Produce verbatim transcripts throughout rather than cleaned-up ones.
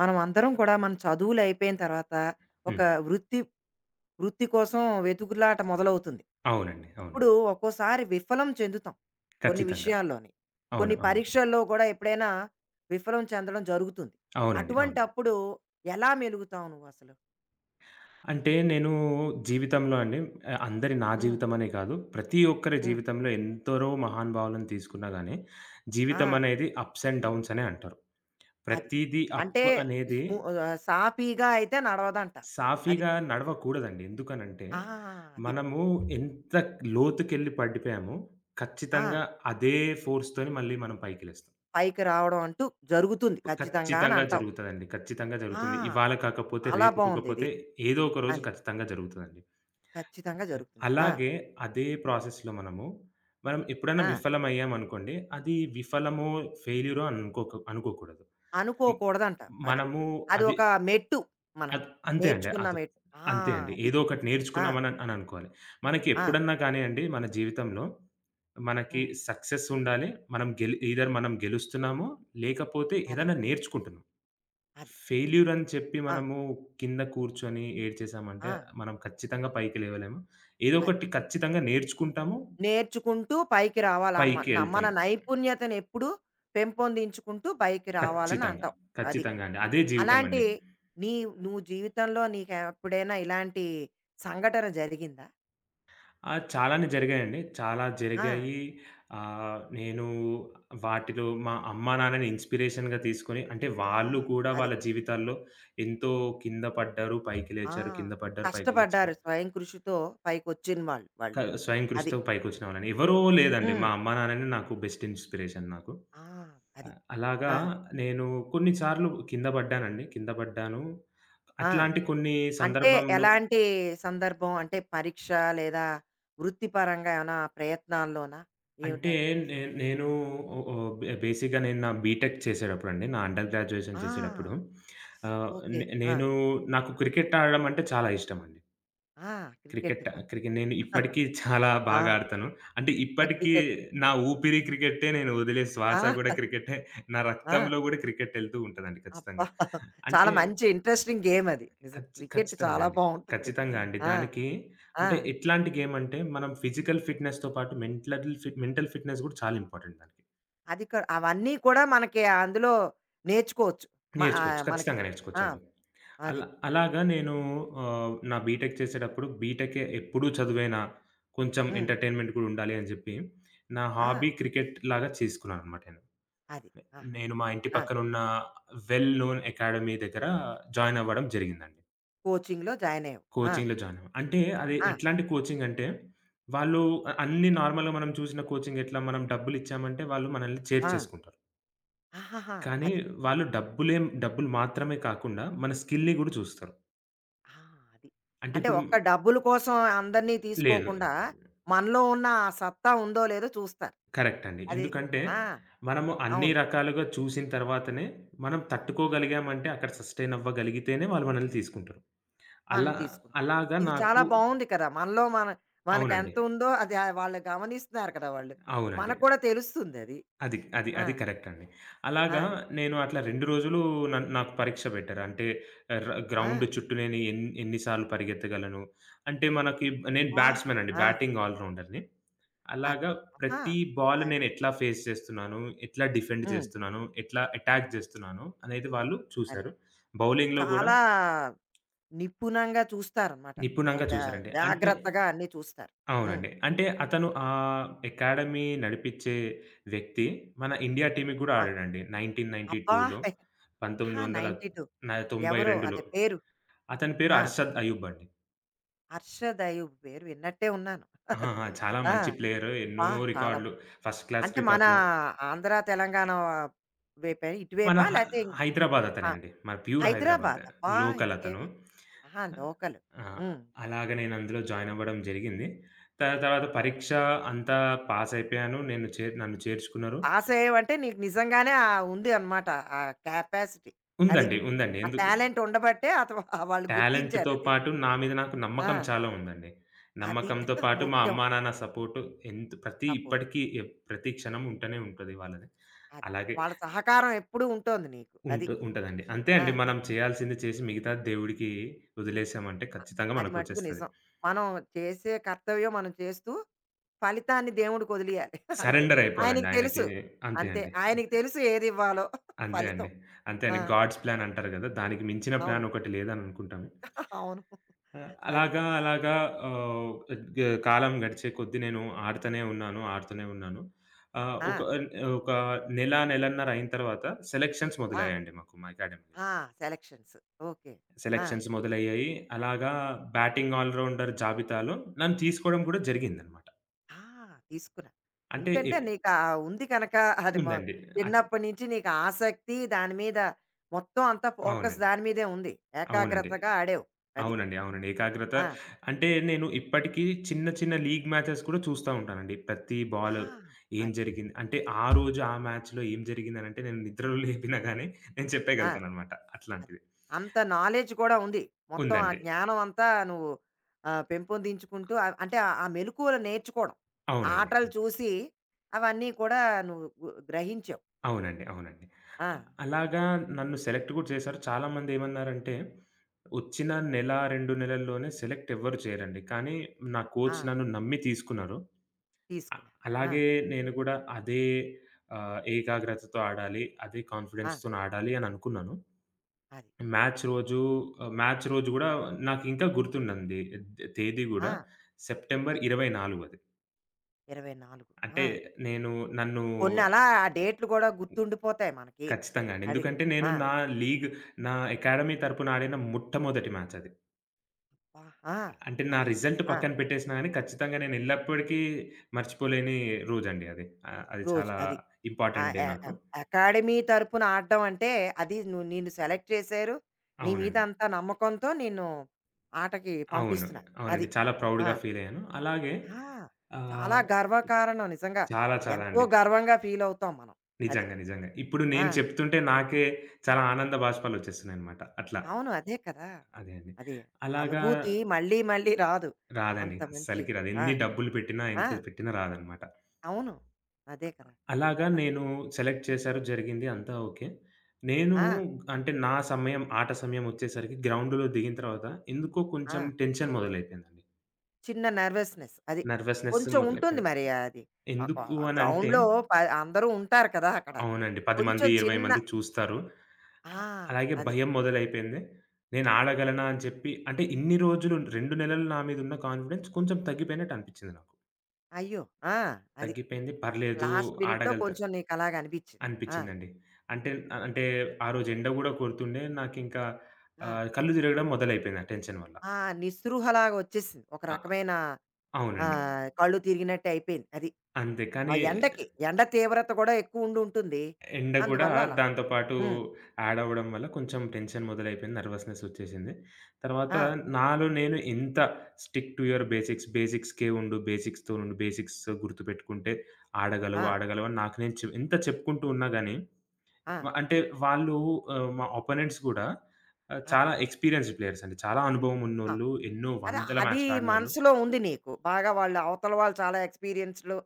మనం అందరం కూడా మన చదువులు అయిపోయిన తర్వాత ఒక హ్మ్. వృత్తి వృత్తి కోసం వెతుకులాట మొదలవుతుంది. అవునండి. అవును. అప్పుడు ఒక్కోసారి విఫలం చెందుతాం కొన్ని ఖచ్చితంగా. విషయాల్లోని. అవును. కొన్ని అవును. పరీక్షల్లో కూడా ఎప్పుడైనా విఫలం చెందడం జరుగుతుంది. అవునండి. అవును. అటువంటప్పుడు ఎలా మెలుగుతావు నువ్వసలు? అంటే నేను జీవితంలో అండి ఆహ్, అందరి నా హ్మ్. జీవితమనే కాదు, ప్రతి ఒక్కరి హ్మ్. జీవితంలో ఎందరో మహానుభావులను తీసుకున్నా గానీ, ఆ! జీవితం అనేది అప్స్ అండ్ డౌన్స్ అనే అంటారు. అది. ప్రతీదీ అంటే అప్ అనేది స్ము ఆహ్, సాఫీగా అయితే నడవదంటారు. అది. సాఫీగా నడవకూడదండి. ఎందుకనంటే, ఆ! అది. మనము ఎంత లోతుకెళ్ళి పడిపోయామో ఆ! ఖచ్చితంగా అదే ఫోర్స్‌తోని మళ్ళీ మనం పైకి లేస్తాం. పైకి రావడం అంటూ జరుగుతుంది ఖచ్చితంగా అని ఖచ్చితంగా అంటావు. జరుగుతదండి. ఖచ్చితంగా ఆ! జరుగుతుంది. ఇవాళ కాకపోతే, చాలా రేపు బావుందిది. కాకపోతే ఏదో ఒక రోజు అది. ఖచ్చితంగా జరుగుతదండి. ఖచ్చితంగా జరుగుతుంది. ఆ! అలాగే అదే ప్రాసెస్‌లో మనము, మనం ఎప్పుడైనా ఆ! విఫలమయ్యామనుకోండి, అది విఫలమో, ఫెయిల్యూరో అనుకోక అనుకోకూడదు. హ్మ్. అనుకోకూడదంటావు. అది. మనము అది అది ఒక మెట్టు అద్ మనకి. అంతే అండి. నేర్చుకున్న అది మెట్టు. ఆ! అంతే అండి. అది. ఏదో ఒకటి ఆ! నేర్చుకున్నామని అని అనుకోవాలి. మనకి ఆ! ఎప్పుడన్నా కానియండి మన జీవితంలో మనకి హ్మ్. సక్సెస్ ఉండాలి. మనం గెల్ ఐదర్ మనం గెలుస్తున్నాము, లేకపోతే అది. ఏదైనా నేర్చుకుంటున్నాం. అది. ఫెయిల్యూర్ అని చెప్పి ఆ! మనము కింద కూర్చొని ఏడ్చేసామంటే, ఆ! మనం ఖచ్చితంగా పైకి లేవలేము. ఏదో అది. ఒకటి ఖచ్చితంగా నేర్చుకుంటాము. నేర్చుకుంటూ పైకి రావాలి. అమ్మ పైకి న ఎళ్తాం. మన నైపుణ్యతను ఎప్పుడూ పెంపొందించుకుంటూ పైకి రావాలని ఖచ్చితంగా. అంటావు. అది. ఖచ్చితంగా అండి. అదే జీవితం అలాంటి అండి. నీ నువ్వు జీవితంలో నీకెప్పుడైనా ఇలాంటి సంఘటన జరిగిందా? ఆ! చాలానే జరిగాయండి. చాలా ఆ! జరిగాయి. ఆహ్, నేను వాటిలో మా అమ్మా నాన్నని ఇన్‌స్పిరేషన్‌గా తీసుకొని అంటే ఆ! వాళ్ళు కూడా అది. వాళ్ళ జీవితాల్లో ఎంతో కింద పడ్డారు, పైకి ఆ! లేచారు, కింద పడ్డారు, పైకి కష్టపడ్డారు. లేచారు. స్వయం కృషితో పైకొచ్చిన వాళ్ళు క వాళ్ళు. స్వయం అది. కృషితో పైకొచ్చిన వాళ్ళని. ఎవరో లేదండి. మా హ్మ్. అమ్మ, నాన్ననే నాకు బెస్ట్ ఇన్‌స్పిరేషన్ నాకు. ఆ! అది. ఆహ్, అలాగా ఆ! నేను కొన్ని సార్లు కింద పడ్డానండి. కింద పడ్డాను. ఆ! అట్లాంటి కొన్ని అంటే సందర్భంలో ఎలాంటి సందర్భం? అంటే పరీక్ష లేదా వృత్తిపరంగా ఏమైనా ప్రయత్నాల్లోనా? అంటే ఏమిటది? నే నేను ఓ ఓ బే బేసిక్‌గా నేను నా బీటెక్ చేసేటప్పుడండి. నా అండర్ గ్రాడ్యుయేషన్ చేసేటప్పుడు ఆ! ఆహ్, ఓకే. నే ఆ! నేను నాకు క్రికెట్ ఆడడం అంటే చాలా ఇష్టమండి. ఆ! Cricket cricket. క్రికెట్ నేను ఇప్పటికీ చాలా ఆ! బాగా ఆడతాను. అంటే ఇప్పటికీ క్రికెట్. నా ఊపిరి క్రికెట్టే. నేను వదిలే శ్వాస కూడా ఆ! క్రికెటే. నా ఆ! రక్తంలో కూడా క్రికెట్ ఎళ్తూ ఉంటదండి అబ్బా! ఖచ్చితంగా. చాలా అంటే మంచి ఇంట్రెస్టింగ్ గేమ్ అది. నిజం. ఖచ్చి క్రికెట్ ఖచ్చితంగా చాలా అండి. బావుంటుంది. ఖచ్చితంగా అండి. ఆ! దానికి ఆ! అంటే ఎట్లాంటి గేమ్ అంటే మనం ఫిజికల్ ఫిట్‌నెస్‌తో పాటు మెంటల్ ఫిట్ మెంటల్ ఫిట్‌నెస్ కూడా చాలా ఇంపార్టెంట్ దానికి. అది క అవన్నీ కూడా మనకి అందులో నేర్చుకోవచ్చు. మ నేర్చుకోవచ్చు. ఆహ్, మనకి. ఖచ్చితంగా ఆ! నేర్చుకోవచ్చండి. అది. అలా అలాగా నేను ఆహ్, నా బీటెక్ చేసేటప్పుడు బీటెకే ఎప్పుడూ చదువేనా, కొంచెం హ్మ్. ఎంటర్‌టైన్‌మెంట్ కూడా ఉండాలి అని జెప్పి, నా ఆ! హాబీ క్రికెట్ లాగా చేసుకున్నాననమాట నేను. అది. ఆహా! నేను మా ఇంటి ఆ! పక్కనున్న వెల్ నోన్ అకాడమీ దగ్గర జాయిన్ అవ్వడం జరిగిందండి. కోచింగ్‌లో జాయినయ్యావు. ఆ! కోచింగ్‌లో జాయిన్ అవ్వ అంటే అది ఆ! ఎట్లాంటి కోచింగ్ అంటే, వాళ్ళు అ అన్నీ నార్మల్‌గా మనం చూసిన కోచింగ్ ఎట్లా మనం డబ్బులిచ్చామంటే వాళ్ళు మనల్ని ఆ! చేర్చేసుకుంటారు. ఆహాహా! కానీ అది. వాళ్ళు డబ్బులేం డబ్బులు మాత్రమే కాకుండా మన స్కిల్‌ని గూడా చూస్తారు. ఆ! అది. అంటే అంటే ఇప్పుడు ఒక్క డబ్బుల కోసం అందరిని లేదు. తీసుకోకుండా, మనలో ఉన్న ఆ సత్తా ఉందో లేదో చూస్తారు. కరెక్ట్ అండి. అది. ఎందుకంటే, ఆ! మనము అన్ని అవును. రకాలుగా చూసిన తర్వాతనే, మనం హ్మ్. తట్టుకోగలిగామంటే అక్కడ సస్టైన్ అవ్వగలిగితేనే వాళ్ళు మనల్ని తీసుకుంటారు. మనం అలా తీసుకుంటాం. అలాగా ఇది చాలా నాకు బావుంది కదా! మనలో మన అవునండి. మనకెంతుందో అది ఆహ్, వాళ్ళు గమనిస్తున్నారు కదా వాళ్ళు. అవునండి. మనకు కూడా తెలుస్తుందది. అది. అది. ఆ! అది కరెక్ట్ అండి. ఆ! అలాగా నేను అట్లా రెండు రోజులు నన్ నాకు పరీక్ష పెట్టారు. అంటే ర గ్రౌండ్ ఆ! చుట్టూ నేను ఎన్ ఎన్ని సార్లు పరిగెత్తగలను. అంటే మనకి నేను వాహ్! బ్యాట్స్‌మెన్ అండి. ఆ! బ్యాటింగ్ ఆల్ రౌండర్‌ని. అది. అలాగా ఆహా! ప్రతి బాల్ దట్ నేనెట్లా ఫేస్ చేస్తున్నాను, ఎట్లా డిఫెండ్ హ్మ్. చేస్తున్నాను, ఎట్లా అటాక్ చేస్తున్నాను అనేది వాళ్ళు అది. చూసారు. బౌలింగ్‌లో గూడా చాలా నిపుణంగా చూస్తారనమాట. చాలా నిపుణంగా జా చూసారండి. అంటే జాగ్రత్తగా అన్నీ చూస్తారు. హ్మ్. అవునండి. అంటే అతను ఆహ్, అకాడమీ నడిపిచ్చే వ్యక్తి మన ఇండియా టీమ్‌కి గూడా ఆ! ఆడాడండి. అబ్బా! 1992లో ఆహా! తొంభై రెండు ఎవరో వెయ్యిన్నీ తొమ్మిది వందల తొంభై రెండులో అదే పేరు. అతని పేరు ఆ! అర్షద్ అయూబ్ అండి. 'హర్ష దైవ్' పేరు విన్నట్టే ఉన్నాను. ఆ! అది. ఆ! చాలా ఆ! మంచి ప్లేయరు. ఎన్నో అబ్బా! చాలా రికార్డులు ఫస్ట్ క్లాస్ అంటే మన రికార్డులు. ఆంధ్ర, తెలంగాణ వైపే మన ఇటువైపా? హ లేతే ఇం హైదరాబాద్ అతనే ఆ! అండి. మన ప్యూర్ హైదరాబాద్. హైదరాబాదే. అబ్బా! లోకల్ అతను. ఇంకేమి. ఆహా! లోకల్. ఆ! హ్మ్. అలాగ నేను అందులో జాయిన్ అవ్వడం జరిగింది. దాని తర్వాత పరీక్ష అంతా పాస్ అయిపోయాను. నేను చే నన్ను చేర్చుకున్నారు. పాసయ్యావంటే నీకు నిజంగానే ఆహ్, ఉంది అనమాట. ఆ కెపాసిటీ. అది. ఉందండి. ఉందండి. ఆ ఎందుకు టాలెంట్ ఉండబట్టే అత వాళ్ళు టాలెంట్‌తో గుర్తించారది. పాటు నా మీద నాకు ఆ! నమ్మకం చాలా ఉందండి. అది. నమ్మకంతో పాటు మా ముఖ్యం అమ్మానాన్న సపోర్ట్ ఎంత్ ప్రతి సపోర్ట్. ఇప్పటికీ ఎ ప్రతి క్షణం ఉంటూనే ఉంటది వాళ్ళది. అది. అలాగే వాళ్ళ సహకారం ఎప్పుడూ ఉంటోంది నీకు. అది. ఉంటు ఉంటదండి. అంతే ఆ! అండి. మనం చేయాల్సింది చేసి మిగతాది దేవుడికి వదిలేసామంటే ఖచ్చితంగా అది మట్టుకు మనకొచ్చేస్తది. నిజం. మనం చేసే కర్తవ్యం మనం చేస్తూ ఫలితాన్ని దేవుడికి వదిలియాలి. అంతే. సరెండర్ అయిపోవాలండి ఆయనకి ఆయనకి. తెలుసు. అంతే అంతే. అండి. ఆయనకి అంతే. తెలుసు ఏదివ్వాలో అంతే ఫలితం. అండి. అంతే ఆ! అండి. గాడ్స్ ప్లాన్ అంటారు గదా! దానికి మించిన అవును. ప్లాన్ ఒకటి లేదని అనుకుంటాము. అవును. ఆ! అది. అలాగా అలాగా ఆహ్, గ కాలం గడిచే కొద్దీ నేను ఆడుతూనే ఉన్నాను, ఆడుతూనే ఉన్నాను. ఆహ్, ఆ! ఒక ఆహ్, ఒక నెల, నెలన్నర అయిన తర్వాత సెలక్షన్స్ ఆ! మొదలయ్యాయండి మాకు మా అకాడమీలో. ఆ! సెలక్షన్స్. ఓకే. ఆ! సెలక్షన్స్ మొదలయ్యాయి. అలాగా బ్యాటింగ్ ఆల్ రౌండర్ జాబితాలో నన్ను తీసుకోవడం కూడా జరిగిందనమాట. ఆ! తీసుకున్నా. అంటే ఎందుకంటే ఎప్ నీకా ఉంది కనక అది మ ఉందండి. అట్ చిన్నప్పటి నుంచి నీకు ఆసక్తి దాని మీద మొత్తం అంతా ఫోకస్ అవునండి. దాని మీదే ఉంది. అవునండి. ఏకాగ్రతగా ఆడావు. అది. అవునండి. అవునండి. ఏకాగ్రత ఆ! అంటే నేను ఇప్పటికీ చిన్న చిన్న లీగ్ మ్యాచెస్ కూడా చూస్తా ఉంటానండి. ప్రతి ఆ! బాల్ ఏం అది. జరిగింది? అంటే ఆ రోజు ఆ మ్యాచ్‌లో ఏం జరిగిందనంటే నేను నిద్రలో లేపినా గాని నేను ఆ! చెప్పేయగలుగుతాననమాట. అది. అట్లాంటిది. అంత నాలెడ్జ్ కూడా ఉంది. మొత్తం ఆ ఉందండి. జ్ఞానం అంతా నువ్వు ఆహ్, పెంపొందించుకుంటూ ఆహ్, అంటే ఆ మెలుకువలు నేర్చుకోవడం. ఆ అవునండి. ఆటలు చూసి అవన్నీ కూడా నువ్వు గు గ్రహించావు. అవునండి. అవునండి. ఆ! అ అలాగా నన్ను సెలెక్ట్ కూడా చేశారు. చాలామంది ఏమన్నారంటే, వచ్చిన నెల, రెండు నెలల్లోనే సెలెక్ట్ ఎవ్వరు చేయరండి. కానీ నా ఆ! కోచ్ నన్ను నమ్మి తీసుకున్నారు. అ తీసుకున్నారు. ఆ! అలాగే నేను కూడా అదే ఆహ్, ఏకాగ్రతతో ఆడాలి. అదే ఆ! కాన్ఫిడెన్స్‌తోని ఆడాలి అని అనుకున్నాను. అది. మ్యాచ్ రోజు ఆహ్, మ్యాచ్ రోజు గూడా నాకింకా గుర్తుందండి. తేదీ ఆ! గూడా సెప్టెంబర్ అది. ఇరవై నాలుగు అది. ఇరవై నాలుగు అంటే ఆ! నేను నన్ను కొన్ని అలా ఆ డేట్లు కూడా గుర్తుండిపోతాయి మనకి. ఖచ్చితంగా అండి. అది. ఎందుకంటే నేను ఆ! నా లీగ్ నా అకాడమీ తరపున ఆడిన మొట్టమొదటి మ్యాచ్ అది. వా, ఆ! అంటే నా అది. రిజల్ట్ ఆ! పక్కన పెట్టేసినా గాని ఖచ్చితంగా నేను ఎల్లప్పటికీ మర్చిపోలేని రోజండి అది. ఆహ్, అది రోజు చాలా అది. ఆ! ఇంపార్టెంట్ డే ఎ నాకు. ఎం అకాడమీ తరపున ఆడడం అంటే, అది నువ్వు నిన్ను సెలెక్ట్ చేశారు. నీ మీద అవునండి. అంత నమ్మకంతో నిన్ను ఆటకి అవును. పంపిస్తున్నారు. అది. అవునండి. చాలా ఆ! ప్రౌడ్‌గా ఫీల్ అయ్యాను. అలాగే ఆ! చాలా ఆహ్, గర్వకారణం నిజంగా. చాలా చాలా ఎంతో అండి. గర్వంగా ఫీలవుతాం మనం. అది. నిజంగా నిజంగా. ఇప్పుడు ఆ! నేను చెప్తుంటే నాకే చాలా ఆనంద బాష్పాలొచ్చేస్తున్నాయన్నమాట. అట్లా. అవును. అదే కదా! అదే అండి. అది. ఆ అలాగా అనుభూతి మళ్ళీ మళ్ళీ రాదు. రాదండి. అంత మంచి అస్సలకి రాదు. ఆ! ఎన్ని డబ్బులు పెట్టినా, ఆ! ఎంత పెట్టినా రాదన్నమాట. అవును. అదే కదా! అలాగా నేను సెలెక్ట్ చేశారు. జరిగింది అంతా ఓకే. నేను ఆ! అంటే నా సమయం ఆట సమయం వచ్చేసరికి గ్రౌండ్‌లో దిగిన తర్వాత ఎందుకో ఆ! కొంచెం టెన్షన్ మొదలైపోయిందండి. చిన్న నెర్వస్‌నెస్ అది. నర్వస్‌నెస్ కొంచెం ఉంటుంది మొదలైపోయింది. మరి అది. ఆ కొ ఎందుకు ఆ అనంటే గ్రౌండ్‌లో ప అందరూ ఉంటారు కదా! అక్కడ. అవునండి. పది మంది, కొంచెం ఇరవై చిన్న మంది చూస్తారు. అ ఆ! అలాగే అది. భయం మొదలైపోయింది. నేను ఆడగలనా అని చెప్పి అంటే ఇన్ని రోజులు రెండు నెలలు నా మీద ఉన్న కాన్ఫిడెన్స్ కొంచెం తగ్గిపోయినట్టు అనిపించింది నాకు. అయ్యో! ఆ! అది. తగ్గిపోయింది. పర్లేదు లాస్ట్ మినిట్‌లో ఆడగలుగుతా కొంచెం నీకలాగా అనిపించింది. ఆ! అనిపిచ్చిందండి. అంటే ఆహ్, అంటే ఆ రోజు ఎండ గూడా కొడుతుండే. నాకింకా ఆ! ఆహ్, కళ్ళు తిరగడం మొదలైపోయింది ఆ టెన్షన్ వల్ల. ఆ నిస్పృహలాగా వచ్చేసింది. ఒక అ రకమైన అవునండి. ఆహ్, కళ్ళు తిరిగినట్టు అయిపోయింది. అది. అంతే. ఆ కానీ ఎండకి, ఎండ తీవ్రత కూడా ఎక్కువుండుంటుంది. ఎండ గూడా అందువల్ల అలా. దాంతో పాటు హ్మ్. యాడ్ అవ్వడం వల్ల కొంచెం టెన్షన్ మొదలైపోయింది. నర్వస్‌నెస్ ఒచ్చేసింది. తర్వాత ఆ! నాలో నేను ఎంత స్టిక్ టు యువర్ బేసిక్స్, బేసిక్స్‌కే ఉండు, బేసిక్స్‌తో ఉండు, బేసిక్స్ గుర్తుపెట్టుకుంటే ఆడగలవు, ఆ! ఆడగలవు అని నాకు నేను చె ఎంత చెప్పుకుంటూ ఉన్నా గాని ఆ! వ అంటే వాళ్ళు ఆహ్, మా అపోనెంట్స్ గూడా ఆహ్, అది. చాలా ఎక్స్‌పీరియన్స్‌డ్ ప్లేయర్స్ అండి. చాలా అనుభవం ఆ! ఉన్నోళ్ళు, ఎన్నో అదే వందల అది మ్యాచ్‌లు ఆడినోళ్ళు. మనసులో ఉంది నీకు. బాగా వాళ్ళు అవతల వాళ్ళు చాలా ఎక్స్‌పీరియన్స్‌లు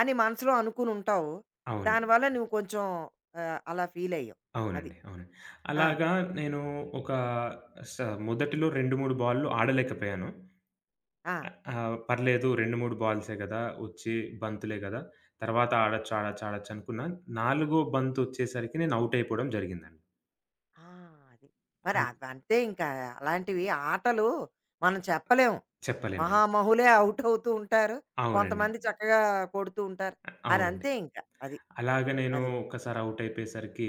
అని మనసులో అనుకునుంటావు. అవును. దానివల్ల నువ్వు కొంచెం ఆహ్, అలా ఫీలయ్యావు. అది. అవునండి. అవునండి. ఆ! అలాగా నేను ఒక స మొదటిలో రెండు, మూడు బాల్లు ఆడలేకపోయాను. ఆ! ఆహ్, ఆహ్, పర్లేదు రెండు, మూడు బాల్సే గదా! వచ్చి బంతులే గదా! తర్వాత ఆడొచ్చు, ఆడొచ్చు, ఆడొచ్చు అనుకున్నా. నాలుగు బంతొచ్చేసరికి నేను ఔట్ అయిపోవడం జరిగిందండి. ఆ! అది. మరి అన్ అవంతే ఇంకా అలాంటివి ఆటలు మనం చెప్పలేము. చెప్పలేమండి. మహామహులే ఔట్ అవుతూ ఉంటారు. అవునండి. కొంతమంది చక్కగా కొడుతూ ఉంటారు. ఆహ్, అది అవునండి. అంతే ఇంకా. అది. అలాగ నేను అది. ఒక్కసారి ఔట్ అయిపోయేసరికి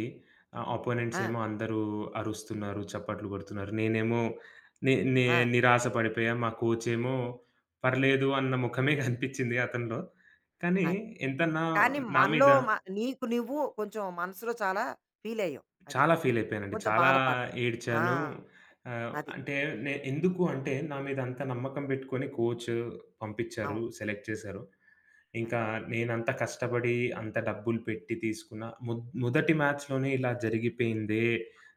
ఆహ్, అపోనెంట్స్ ఆ! ఏమో అందరూ అరుస్తున్నారు, చప్పట్లు కొడుతున్నారు. నేనేమో నే నే ఆ! నిరాశ పడిపోయా. మా కోచ్ ఏమో పర్లేదు అన్న ముఖమే కనిపించింది అతనిలో. కానీ అది. ఎంతన్నా కానీ నా నా మీద మనలో మ నీకు నువ్వు కొంచెం మనసులో చాలా ఫీలయ్యావు. అది. చాలా ఫీల్ అయిపోయానండి. కొంచెం చాలా బాధపడ్డావు. ఆ! ఏడ్చాను. ఆహ్, అది. అంటే నే ఎందుకు అంటే నా మీద అంత నమ్మకం పెట్టుకొని కోచ్ పంపించారు, అవును. సెలెక్ట్ చేశారు. అది. ఇంకా నేనంత కష్టపడి, అంత డబ్బులు పెట్టి తీసుకున్న మొ మొదటి మ్యాచ్‌లోనే ఇలా జరిగిపోయిందే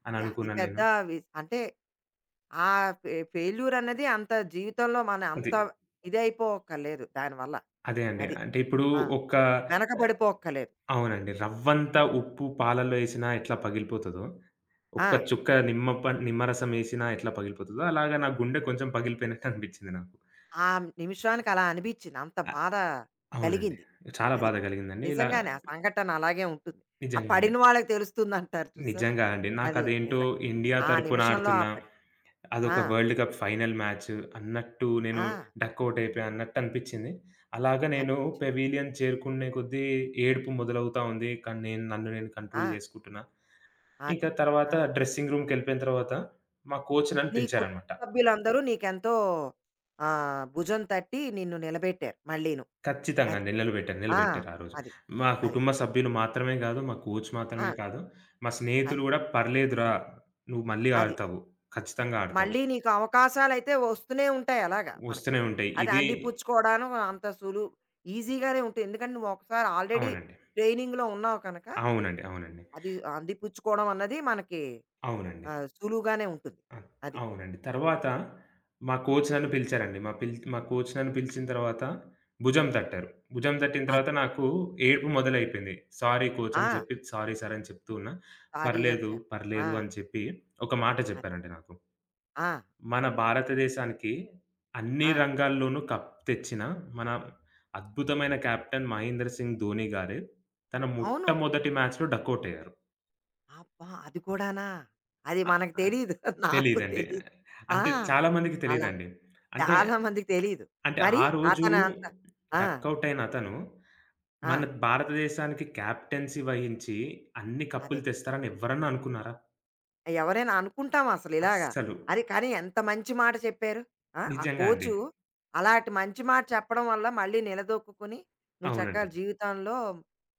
అని అది అనుకున్నా పెద్ద నేను. వి అంటే ఆ ఫె ఫెయిల్యూర్ అన్నది అంత జీవితంలో మనం అది. అంత ఇదైపోక్కర్లేదు దానివల్ల. అదే అండి. అది. అంటే ఇప్పుడు ఆ! ఒక ఆహ్, వెనకబడిపోక్కర్లేదు. అవునండి. రవ్వంత ఉప్పు పాలల్లో ఎసినా ఎట్లా పగిలిపోతదో, ఆ! ఒక్క చుక్క నిమ్మ పం నిమ్మరసం ఎసినా ఎట్లా పగిలిపోతదో, అలాగా నా గుండె కొంచెం పగిలిపోయినట్టు అనిపించింది నాకు. ఆ నిమిషానికి అలా అనిపించింది. అంత అ బాధ అవునండి. కలిగింది. చాలా అది. బాధ కలిగిందండి. ఇలా నిజంగానే ఆ సంఘటన అలాగే ఉంటుంది. ఆ నిజంగా అండి. పడిన వాళ్ళకి తెలుస్తుందంటారు చూసావా? నిజంగా అండి. అది నాకదేంటో నిజంగా. ఇండియా ఆ తరపున నిమిషంలో ఆ ఆడుతున్నా పడి ఆ! అదొక వరల్డ్ కప్ ఫైనల్ మ్యాచ్ అన్నట్టు నేను ఆ! డకౌట్ అయిపోయా అన్నట్టనిపిచ్చింది. అలాగా నేను అనిపించింది. పెవిలియన్ చేరుకునే కొద్దీ ఏడుపు మొదలవుతా ఉంది. కానీ నేను నన్ను నేను ఆ! కంట్రోల్ జేసుకుంటున్నా. అది. ఇంకా తర్వాత ఆ! డ్రెస్సింగ్ రూమ్‌కెళ్ళిపోయిన తర్వాత మా కోచ్ నన్ను నీ కుటుంబ పిలిచారనమాట. సభ్యులందరూ నీకెంతో ఆహ్, భుజం తట్టి నిన్ను నిలబెట్టారు మళ్ళీను. ఖచ్చితంగా అది. అండి. నిలబెట్టారు, ఆ! నిలబెట్టారు ఆ రోజు. అది. మా అది. కుటుంబ సభ్యులు మాత్రమే గాదు, మా కోచ్ ఆ! మాత్రమే కాదు, మా స్నేహితులు అది. గూడా "పర్లేదురా! నువ్వు మళ్ళీ అది. ఆడతావు. ఖచ్చితంగా ఆడతావు. మళ్ళీ నీకు అవకాశాలైతే వస్తూనే ఉంటాయి అలాగా మనకి. వస్తూనే ఉంటాయి." అది ఇది అందిపుచ్చుకోవడం అంత సులువు ఈజీగానే ఉంటుంది. ఎందుకంటే నువ్వు ఒకసారి ఆల్రెడీ అవునండి. ట్రైనింగ్‌లో ఉన్నావు కనుక అవునండి. అవునండి. అది అందిపుచ్చుకోవడం అన్నది మనకి అవునండి. ఆహ్, సులువుగానే ఉంటుంది. ఆ! అది. అవునండి. తర్వాత మా కోచ్ నన్ను పిలిచారండి. మా పిల్ మా కోచ్ నన్ను పిలిచిన తర్వాత భుజం తట్టారు. భుజం తట్టిన అది. తర్వాత నాకు ఏడుపు మొదలైపోయింది. సారీ కోచ్ అని ఆ! చెప్పి, సారీ సార్ అని చెప్తూ ఉన్నా. సారీ అని పర్లేదు, చెప్ప ఆ! పర్లేదు అని చెప్పి ఒక మాట అది. చెప్పారండి నాకు. ఆ! మన భారతదేశానికి అన్ని ఆ! రంగాల్లోనూ కప్ తెచ్చిన మన అద్భుతమైన కెప్టెన్ మహేంద్ర సింగ్ ధోని గారే తన అవును. మొట్టమొదటి మ్యాచ్‌లో డకౌట్ అయ్యారు. అబ్బా! అది కూడానా? అది అ మనకు అది తెలీదు. నాకు తెలీదండి. తెలీదు. ఆ! అంటే చాలా మందికి అలా తెలీదండి. అంటే చాలా మందికి తెలీదు. అంటే మరి ఆ రోజు అతను అంత ఆ! డకౌట్ అయిన అతను, ఆ! మన భారతదేశానికి కెప్టెన్సీ వహించి అన్ని అదే. కప్పులు తెస్తారని ఎవ్వరన్నా అనుకున్నారా? ఎవరైనా అనుకుంటాం అసలు ఇలాగా. అస్సలు. అది కానీ ఎంత మంచి మాట చెప్పారు. ఆ! ఆ నిజంగా అండి. కోచు అలాంటి మంచి మాట చెప్పడం వల్ల మళ్ళీ నిలదొక్కుకొని నువ్వు చక్కగా అవునండి. జీవితంలో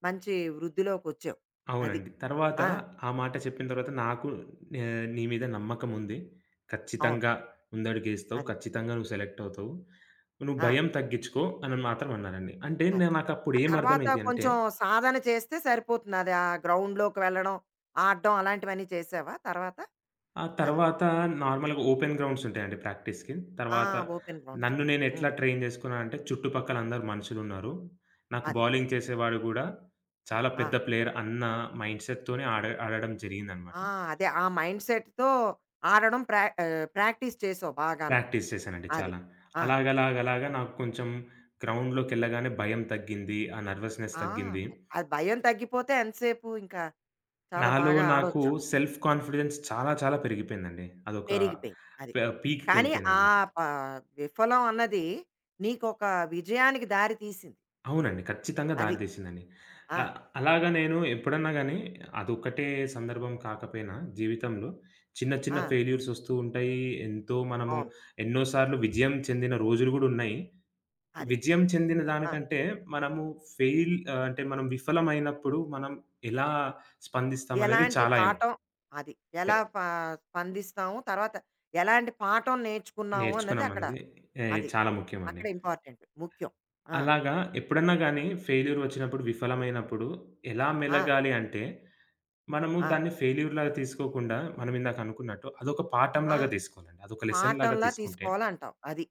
మంచి వృద్ధిలోకొచ్చావు. అది. అవునండి. తర్వాత ఆ! ఆ మాట చెప్పిన తర్వాత నాకు నే నీ మీద నమ్మకం ఉంది. అవును. ఖచ్చితంగా ముందడుగేస్తావు. అది. ఖచ్చితంగా నువ్వు సెలెక్ట్ అవుతావు. నువ్వు ఆ! భయం తగ్గించుకో అని మాత్రం అన్నారండి. అంటే నే అది. నాకప్పుడు ఆ ఏం తర్వాత అర్థమైంది అంటే కొంచెం సాధన చేస్తే సరిపోతుంది. అది ఆ గ్రౌండ్‌లోకి వెళ్ళడం, ఆడడం అలాంటివన్నీ చేసావా తర్వాత? ఆ అది. తర్వాత నార్మల్‌గా ఓపెన్ గ్రౌండ్స్ ఉంటాయండి ప్రాక్టీస్‌కి. ఆ! తర్వాత ఓపెన్ గ్రౌండ్స్. నన్ను నేనెట్లా హ్మ్. ట్రైన్ చేసుకున్నానంటే చుట్టుపక్కల అందరూ మనుషులున్నారు. నాకు అదే. బౌలింగ్ చేసేవాడు గూడా చాలా ఆ! పెద్ద ప్లేయర్ అన్న మైండ్ సెట్‌తోనే ఆడ ఆడడం జరిగిందనమాట. ఆ! అదే. ఆ మైండ్‌సెట్‌తో ఆడడం ప్రా ఆహ్, ప్రాక్టీస్ చేసావు బాగాను. ప్రాక్టీస్ చేశానండి అది. చాలా. ఆ! అలాగలాగలాగా నాకు కొంచెం గ్రౌండ్‌లోకెళ్ళగానే భయం తగ్గింది. ఆ నర్వస్‌నెస్ ఆ! తగ్గింది. మరి అది భయం తగ్గిపోతే ఎంతసేపు ఇంకా చాలా నాలో బాగా నాకు ఆడొచ్చు అక్కడ. సెల్ఫ్ కాన్ఫిడెన్స్ చాలా చాలా పెరిగిపోయిందండి. అదొక పెరిగిపోయింది. అది. ప కానీ ఆ పీక్‌కెళ్ళిపోయిందనమాట. ప విఫలం అన్నది నీకొక విజయానికి దారి తీసింది. అవునండి. ఖచ్చితంగా అది. దారి తీసిందండి. ఆ! ఆహ్, అలాగా నేను ఎప్పుడన్నా గాని అదొక్కటే సందర్భం కాకపోయినా జీవితంలో చిన్న చిన్న ఆ! ఫెయిల్యూర్స్ ఒస్తూ ఉంటాయి. ఎంతో మనము అవును. ఎన్నో సార్లు విజయం చెందిన రోజులు గూడా ఉన్నాయి. అది. విజయం చెందిన ఆ! దానికంటే మనము ఫెయిల్ ఆహ్, అంటే మనం విఫలమైనప్పుడు మనం ఎలా స్పందిస్తామనేది ఎలాంటి చాలా ఇం పాఠం అది ఎ ఎలా పా స్పందిస్తాము? తర్వాత ఎలాంటి పాఠం నేర్చుకున్నాము అన్నది అక్కడ నేర్చుకున్నామన్నది ఎ అది. చాలా ముఖ్యమండి. అక్కడ ఇంపార్టెంట్. ముఖ్యం. ఆ! అలాగా ఎప్పుడన్నా గాని ఫెయిల్యూర్ ఒచ్చినప్పుడు, విఫలమైనప్పుడు ఎలా ఆ! మెలగాలి అంటే మనము ఆ! దాన్ని ఫెయిల్యూర్‌లాగా తీసుకోకుండా, మనం ఇందాక అనుకున్నట్టు అదొక ఆ! పాఠంలాగా తీసుకోవాలండి. అదొక లెసన్‌లాగా పాఠంలా తీసుకుంటే తీసుకోవాలంటావు. అది.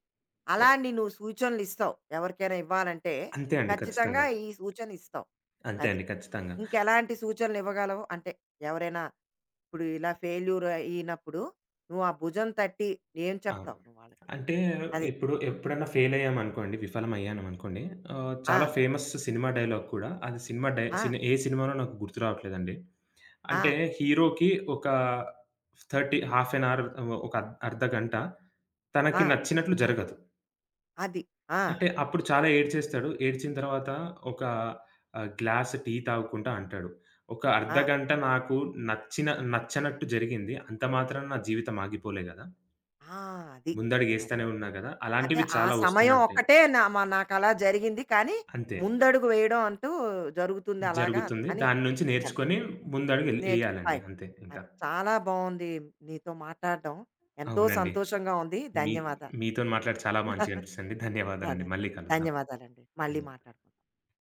ఎ అలా ని నువ్వు సూచనలిస్తావు. ఎవరికైనా ఇవ్వాలంటే అంతే అండి ఖచ్చితంగా ఖచ్చితంగా. ఈ సూచన ఇస్తావు. అంతే అది. అండి ఖచ్చితంగా. ఇంకెలాంటి సూచనలు ఇవ్వగలవు? అంటే ఎవరైనా ఇప్పుడు ఇలా ఫెయిల్యూర్ అయినప్పుడు నువ్వు ఆ భుజం తట్టి ఏం ఆ! చెప్తావు నువ్వు వాళ్ళకి? అంటే అది. ఇప్పుడు ఎప్పుడైనా ఫెయిల్ అయ్యామనుకోండి, విఫలమయ్యామనుకోండి ఆహ్, ఆ! చాలా ఫేమస్ సినిమా డైలాగ్ కూడా అది సినిమా డై ఆ! సిని ఏ సినిమానో నాకు గుర్తు రావట్లేదండి. ఆ! అంటే హీరోకి ఒక ముప్పై హాఫ్ ఎన్ అవర్ ఒక అర్ధగంట తనకి ఆ! నచ్చినట్లు జరగదు. అది. ఆ! అంటే అప్పుడు చాలా ఏడ్చేస్తాడు. ఏడ్చిన తర్వాత ఒక ఆహ్, గ్లాస్ టీ తాగుకుంటా అంటాడు. ఒక ఆ! అర్ధగంట నాకు నచ్చిన నచ్చనట్టు జరిగింది. అంత మాత్రాన నా జీవితం ఆగిపోలే గదా! ఆ! అది. అది. ముందడుగేస్తానే ఉన్నా గదా! అంటే అలాంటివి ఆ చాలా వస్తూనే సమయం ఉంటాయి. ఒక్కటే నా మ నాకలా జరిగింది. కానీ, అంతే. ముందడుగు వేయడం అంటూ జరుగుతుంది అలాగా అని జరుగుతుంది. దాని నుంచి అని నేర్చుకొని ముందడుగు ఎల్ నేర్చుకుని ఎయ్యాలండి. పైకి అంతే ఇంకా. అది. చాలా బావుంది నీతో మాట్లాడడం. ఎంతో అవునండి. సంతోషంగా ఉంది. మీ ధన్యవాదాలు. మీతోని మాట్లాడి చాలా మంచిగా అనిపిచ్చిందండి. ధన్యవాదాలండి. అదే. మళ్ళీ కలుద్దాం. ధన్యవాదాలండి. మళ్ళీ ధన్యవాదాలు. మాట్లాడుకుందాం.